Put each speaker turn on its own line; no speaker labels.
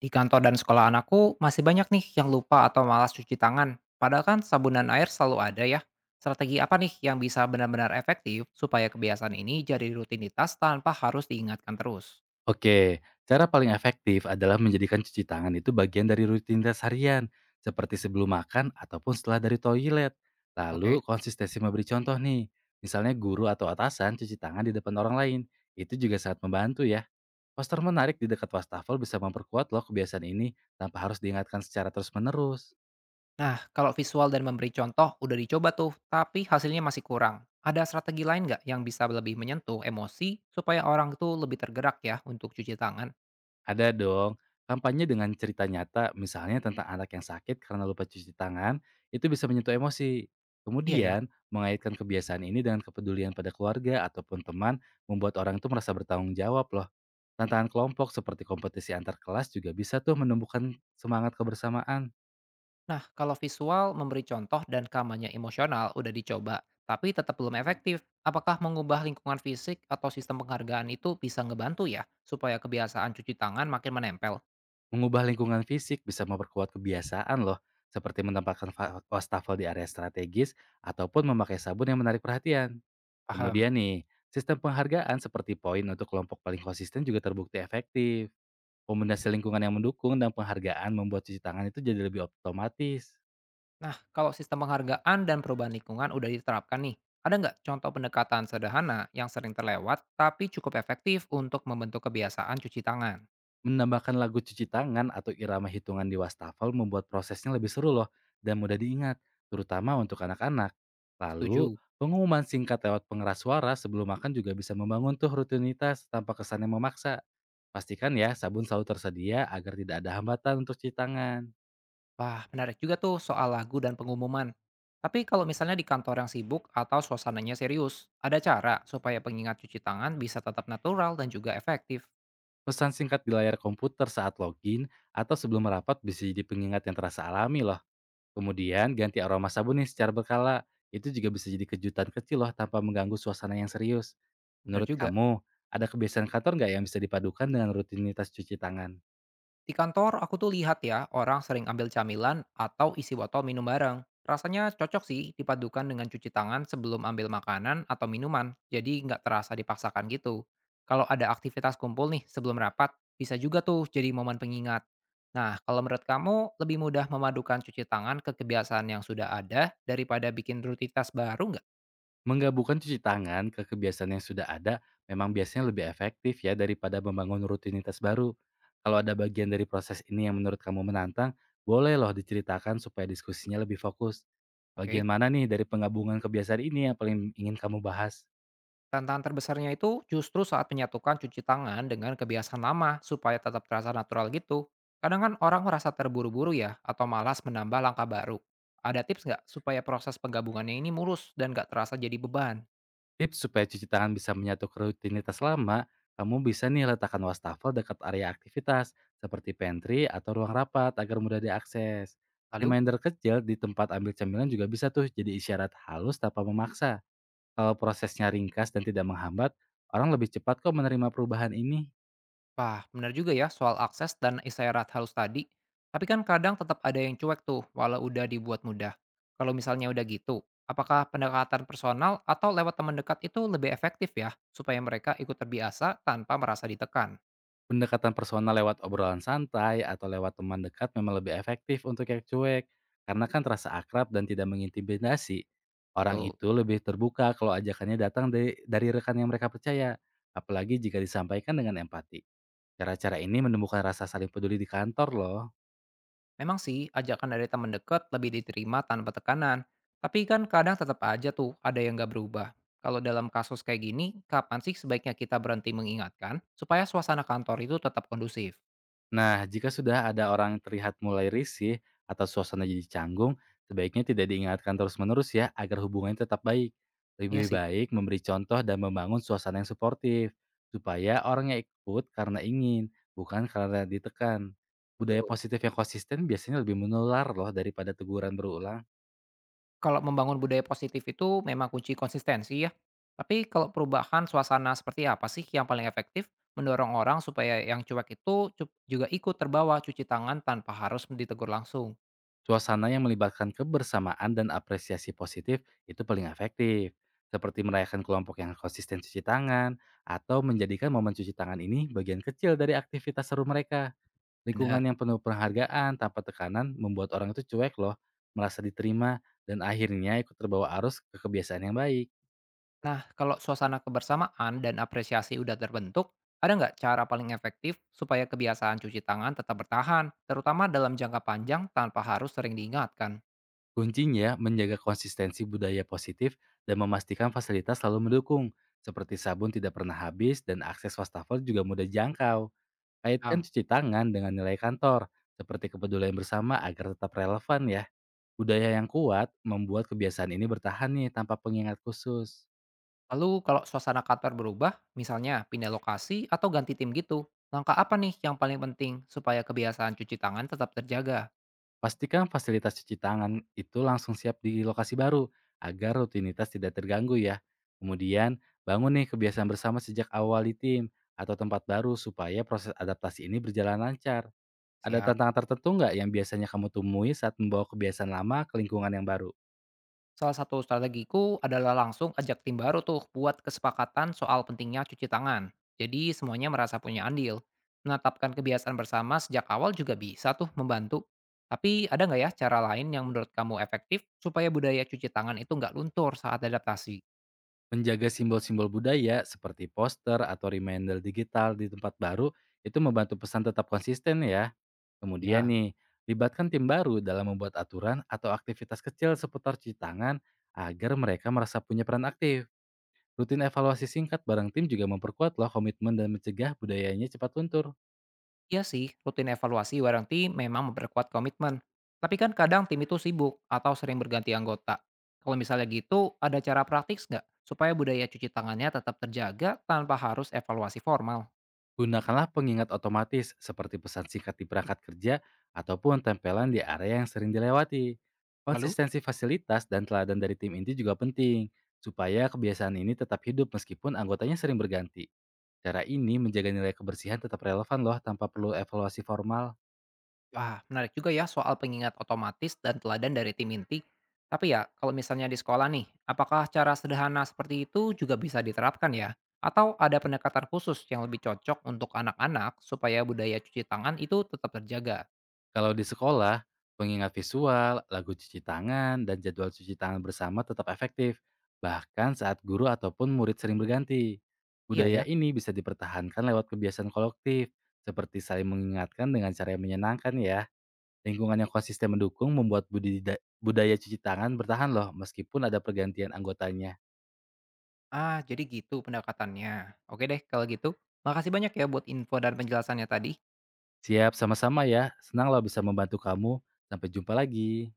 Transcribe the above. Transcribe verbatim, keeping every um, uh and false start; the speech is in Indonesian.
Di kantor dan sekolah anakku masih banyak nih yang lupa atau malas cuci tangan. Padahal kan sabun dan air selalu ada ya. Strategi apa nih yang bisa benar-benar efektif supaya kebiasaan ini jadi rutinitas tanpa harus diingatkan terus?
Oke, cara paling efektif adalah menjadikan cuci tangan itu bagian dari rutinitas harian, seperti sebelum makan ataupun setelah dari toilet.
Oke.
Lalu konsistensi memberi contoh nih, misalnya guru atau atasan cuci tangan di depan orang lain, itu juga sangat membantu ya. Poster menarik di dekat wastafel bisa memperkuat loh kebiasaan ini tanpa harus diingatkan secara terus-menerus.
Nah, kalau visual dan memberi contoh udah dicoba tuh, tapi hasilnya masih kurang. Ada strategi lain nggak yang bisa lebih menyentuh emosi supaya orang tuh lebih tergerak ya untuk cuci tangan?
Ada dong. Kampanye dengan cerita nyata, misalnya tentang anak yang sakit karena lupa cuci tangan, itu bisa menyentuh emosi.
Iya ya.
Kemudian, mengaitkan kebiasaan ini dengan kepedulian pada keluarga ataupun teman, membuat orang itu merasa bertanggung jawab loh. Tantangan kelompok seperti kompetisi antar kelas juga bisa tuh menumbuhkan semangat kebersamaan.
Nah, kalau visual, memberi contoh dan kampanye emosional udah dicoba, tapi tetap belum efektif. Apakah mengubah lingkungan fisik atau sistem penghargaan itu bisa ngebantu ya, supaya kebiasaan cuci tangan makin menempel?
Mengubah lingkungan fisik bisa memperkuat kebiasaan loh, seperti menempatkan fa- wastafel di area strategis ataupun memakai sabun yang menarik perhatian.
Paham.
Kemudian nih, sistem penghargaan seperti poin untuk kelompok paling konsisten juga terbukti efektif. Kombinasi lingkungan yang mendukung dan penghargaan membuat cuci tangan itu jadi lebih otomatis.
Nah, kalau sistem penghargaan dan perubahan lingkungan udah diterapkan nih, ada nggak contoh pendekatan sederhana yang sering terlewat tapi cukup efektif untuk membentuk kebiasaan cuci tangan?
Menambahkan lagu cuci tangan atau irama hitungan di wastafel membuat prosesnya lebih seru loh dan mudah diingat, terutama untuk anak-anak. Lalu,
Setuju.
pengumuman singkat lewat pengeras suara sebelum makan juga bisa membangun tuh rutinitas tanpa kesan yang memaksa. Pastikan ya sabun selalu tersedia agar tidak ada hambatan untuk cuci tangan.
Wah, menarik juga tuh soal lagu dan pengumuman. Tapi kalau misalnya di kantor yang sibuk atau suasananya serius, ada cara supaya pengingat cuci tangan bisa tetap natural dan juga efektif.
Pesan singkat di layar komputer saat login atau sebelum merapat bisa jadi pengingat yang terasa alami loh. Kemudian ganti aroma sabun nih secara berkala. Itu juga bisa jadi kejutan kecil loh tanpa mengganggu suasana yang serius.
Benar
Menurut
juga.
kamu, ada kebiasaan kantor nggak yang bisa dipadukan dengan rutinitas cuci tangan?
Di kantor, aku tuh lihat ya, orang sering ambil camilan atau isi botol minum bareng. Rasanya cocok sih dipadukan dengan cuci tangan sebelum ambil makanan atau minuman, jadi nggak terasa dipaksakan gitu. Kalau ada aktivitas kumpul nih sebelum rapat, bisa juga tuh jadi momen pengingat. Nah, kalau menurut kamu, lebih mudah memadukan cuci tangan ke kebiasaan yang sudah ada daripada bikin rutinitas baru nggak?
Menggabungkan cuci tangan ke kebiasaan yang sudah ada memang biasanya lebih efektif ya daripada membangun rutinitas baru. Kalau ada bagian dari proses ini yang menurut kamu menantang, boleh loh diceritakan supaya diskusinya lebih fokus. Bagian
Oke.
mana nih dari penggabungan kebiasaan ini yang paling ingin kamu bahas?
Tantangan terbesarnya itu justru saat menyatukan cuci tangan dengan kebiasaan lama supaya tetap terasa natural gitu. Kadang kan orang merasa terburu-buru ya atau malas menambah langkah baru. Ada tips nggak supaya proses penggabungannya ini mulus dan nggak terasa jadi beban?
Tips supaya cuci tangan bisa menyatu ke rutinitas lama, kamu bisa nih letakkan wastafel dekat area aktivitas, seperti pantry atau ruang rapat agar mudah diakses.
Lalu,
Reminder kecil di tempat ambil cemilan juga bisa tuh jadi isyarat halus tanpa memaksa. Kalau prosesnya ringkas dan tidak menghambat, orang lebih cepat kok menerima perubahan ini.
wah benar juga ya soal akses dan isyarat halus tadi. Tapi kan kadang tetap ada yang cuek tuh walau udah dibuat mudah. Kalau misalnya udah gitu, apakah pendekatan personal atau lewat teman dekat itu lebih efektif ya supaya mereka ikut terbiasa tanpa merasa ditekan?
Pendekatan personal lewat obrolan santai atau lewat teman dekat memang lebih efektif untuk yang cuek, karena kan terasa akrab dan tidak mengintimidasi. Orang
Betul.
itu lebih terbuka kalau ajakannya datang dari, dari rekan yang mereka percaya, apalagi jika disampaikan dengan empati. Cara-cara ini menumbuhkan rasa saling peduli di kantor loh.
Memang sih, ajakan dari teman dekat lebih diterima tanpa tekanan. Tapi kan kadang tetap aja tuh ada yang nggak berubah. Kalau dalam kasus kayak gini, kapan sih sebaiknya kita berhenti mengingatkan supaya suasana kantor itu tetap kondusif?
Nah, jika sudah ada orang terlihat mulai risih atau suasana jadi canggung, sebaiknya tidak diingatkan terus-menerus ya agar hubungannya tetap baik.
Iya
Lebih
sih,
baik memberi contoh dan membangun suasana yang suportif, supaya orangnya ikut karena ingin, bukan karena ditekan. Budaya
betul.
positif yang konsisten biasanya lebih menular loh daripada teguran berulang.
Kalau membangun budaya positif itu memang kunci konsistensi ya. Tapi kalau perubahan suasana seperti apa sih yang paling efektif mendorong orang supaya yang cuek itu cu- juga ikut terbawa cuci tangan tanpa harus ditegur langsung?
Suasana yang melibatkan kebersamaan dan apresiasi positif itu paling efektif, seperti merayakan kelompok yang konsisten cuci tangan, atau menjadikan momen cuci tangan ini bagian kecil dari aktivitas seru mereka. Lingkungan
Benar.
yang penuh penghargaan tanpa tekanan membuat orang itu cuek loh, merasa diterima, dan akhirnya ikut terbawa arus ke kebiasaan yang baik.
Nah, kalau suasana kebersamaan dan apresiasi udah terbentuk, ada nggak cara paling efektif supaya kebiasaan cuci tangan tetap bertahan, terutama dalam jangka panjang tanpa harus sering diingatkan?
Kuncinya menjaga konsistensi budaya positif dan memastikan fasilitas selalu mendukung, seperti sabun tidak pernah habis dan akses wastafel juga mudah jangkau. Kaitkan
Am,
cuci tangan dengan nilai kantor, seperti kepedulian bersama agar tetap relevan ya. Budaya yang kuat membuat kebiasaan ini bertahan nih tanpa pengingat khusus.
Lalu kalau suasana kantor berubah, misalnya pindah lokasi atau ganti tim gitu, langkah apa nih yang paling penting supaya kebiasaan cuci tangan tetap terjaga?
Pastikan fasilitas cuci tangan itu langsung siap di lokasi baru agar rutinitas tidak terganggu ya. Kemudian bangun nih kebiasaan bersama sejak awal di tim atau tempat baru supaya proses adaptasi ini berjalan lancar. Ada
Siap.
tantangan tertentu nggak yang biasanya kamu temui saat membawa kebiasaan lama ke lingkungan yang baru?
Salah satu strategiku adalah langsung ajak tim baru tuh buat kesepakatan soal pentingnya cuci tangan. Jadi semuanya merasa punya andil. Menetapkan kebiasaan bersama sejak awal juga bisa tuh membantu. Tapi ada nggak ya cara lain yang menurut kamu efektif supaya budaya cuci tangan itu nggak luntur saat adaptasi?
Menjaga simbol-simbol budaya seperti poster atau reminder digital di tempat baru itu membantu pesan tetap konsisten ya. Kemudian
Ya.
nih, libatkan tim baru dalam membuat aturan atau aktivitas kecil seputar cuci tangan agar mereka merasa punya peran aktif. Rutin evaluasi singkat bareng tim juga memperkuat loh komitmen dan mencegah budayanya cepat luntur.
Iya sih, rutin evaluasi bareng tim memang memperkuat komitmen. Tapi kan kadang tim itu sibuk atau sering berganti anggota. Kalau misalnya gitu, ada cara praktis nggak supaya budaya cuci tangannya tetap terjaga tanpa harus evaluasi formal?
Gunakanlah pengingat otomatis seperti pesan singkat di perangkat kerja ataupun tempelan di area yang sering dilewati.
Lalu,
Konsistensi fasilitas dan teladan dari tim inti juga penting, supaya kebiasaan ini tetap hidup meskipun anggotanya sering berganti. Cara ini menjaga nilai kebersihan tetap relevan loh tanpa perlu evaluasi formal.
wah menarik juga ya soal pengingat otomatis dan teladan dari tim inti. Tapi ya, kalau misalnya di sekolah nih, apakah cara sederhana seperti itu juga bisa diterapkan ya? Atau ada pendekatan khusus yang lebih cocok untuk anak-anak supaya budaya cuci tangan itu tetap terjaga?
Kalau di sekolah, pengingat visual, lagu cuci tangan, dan jadwal cuci tangan bersama tetap efektif, bahkan saat guru ataupun murid sering berganti.
Iya ya.
Budaya ini bisa dipertahankan lewat kebiasaan kolektif, seperti saling mengingatkan dengan cara yang menyenangkan ya. Lingkungan yang konsisten mendukung membuat budidida- budaya cuci tangan bertahan loh, meskipun ada pergantian anggotanya.
Ah, jadi gitu pendekatannya. Oke deh kalau gitu, makasih banyak ya buat info dan penjelasannya tadi.
Siap, sama-sama ya. Senang loh bisa membantu kamu. Sampai jumpa lagi.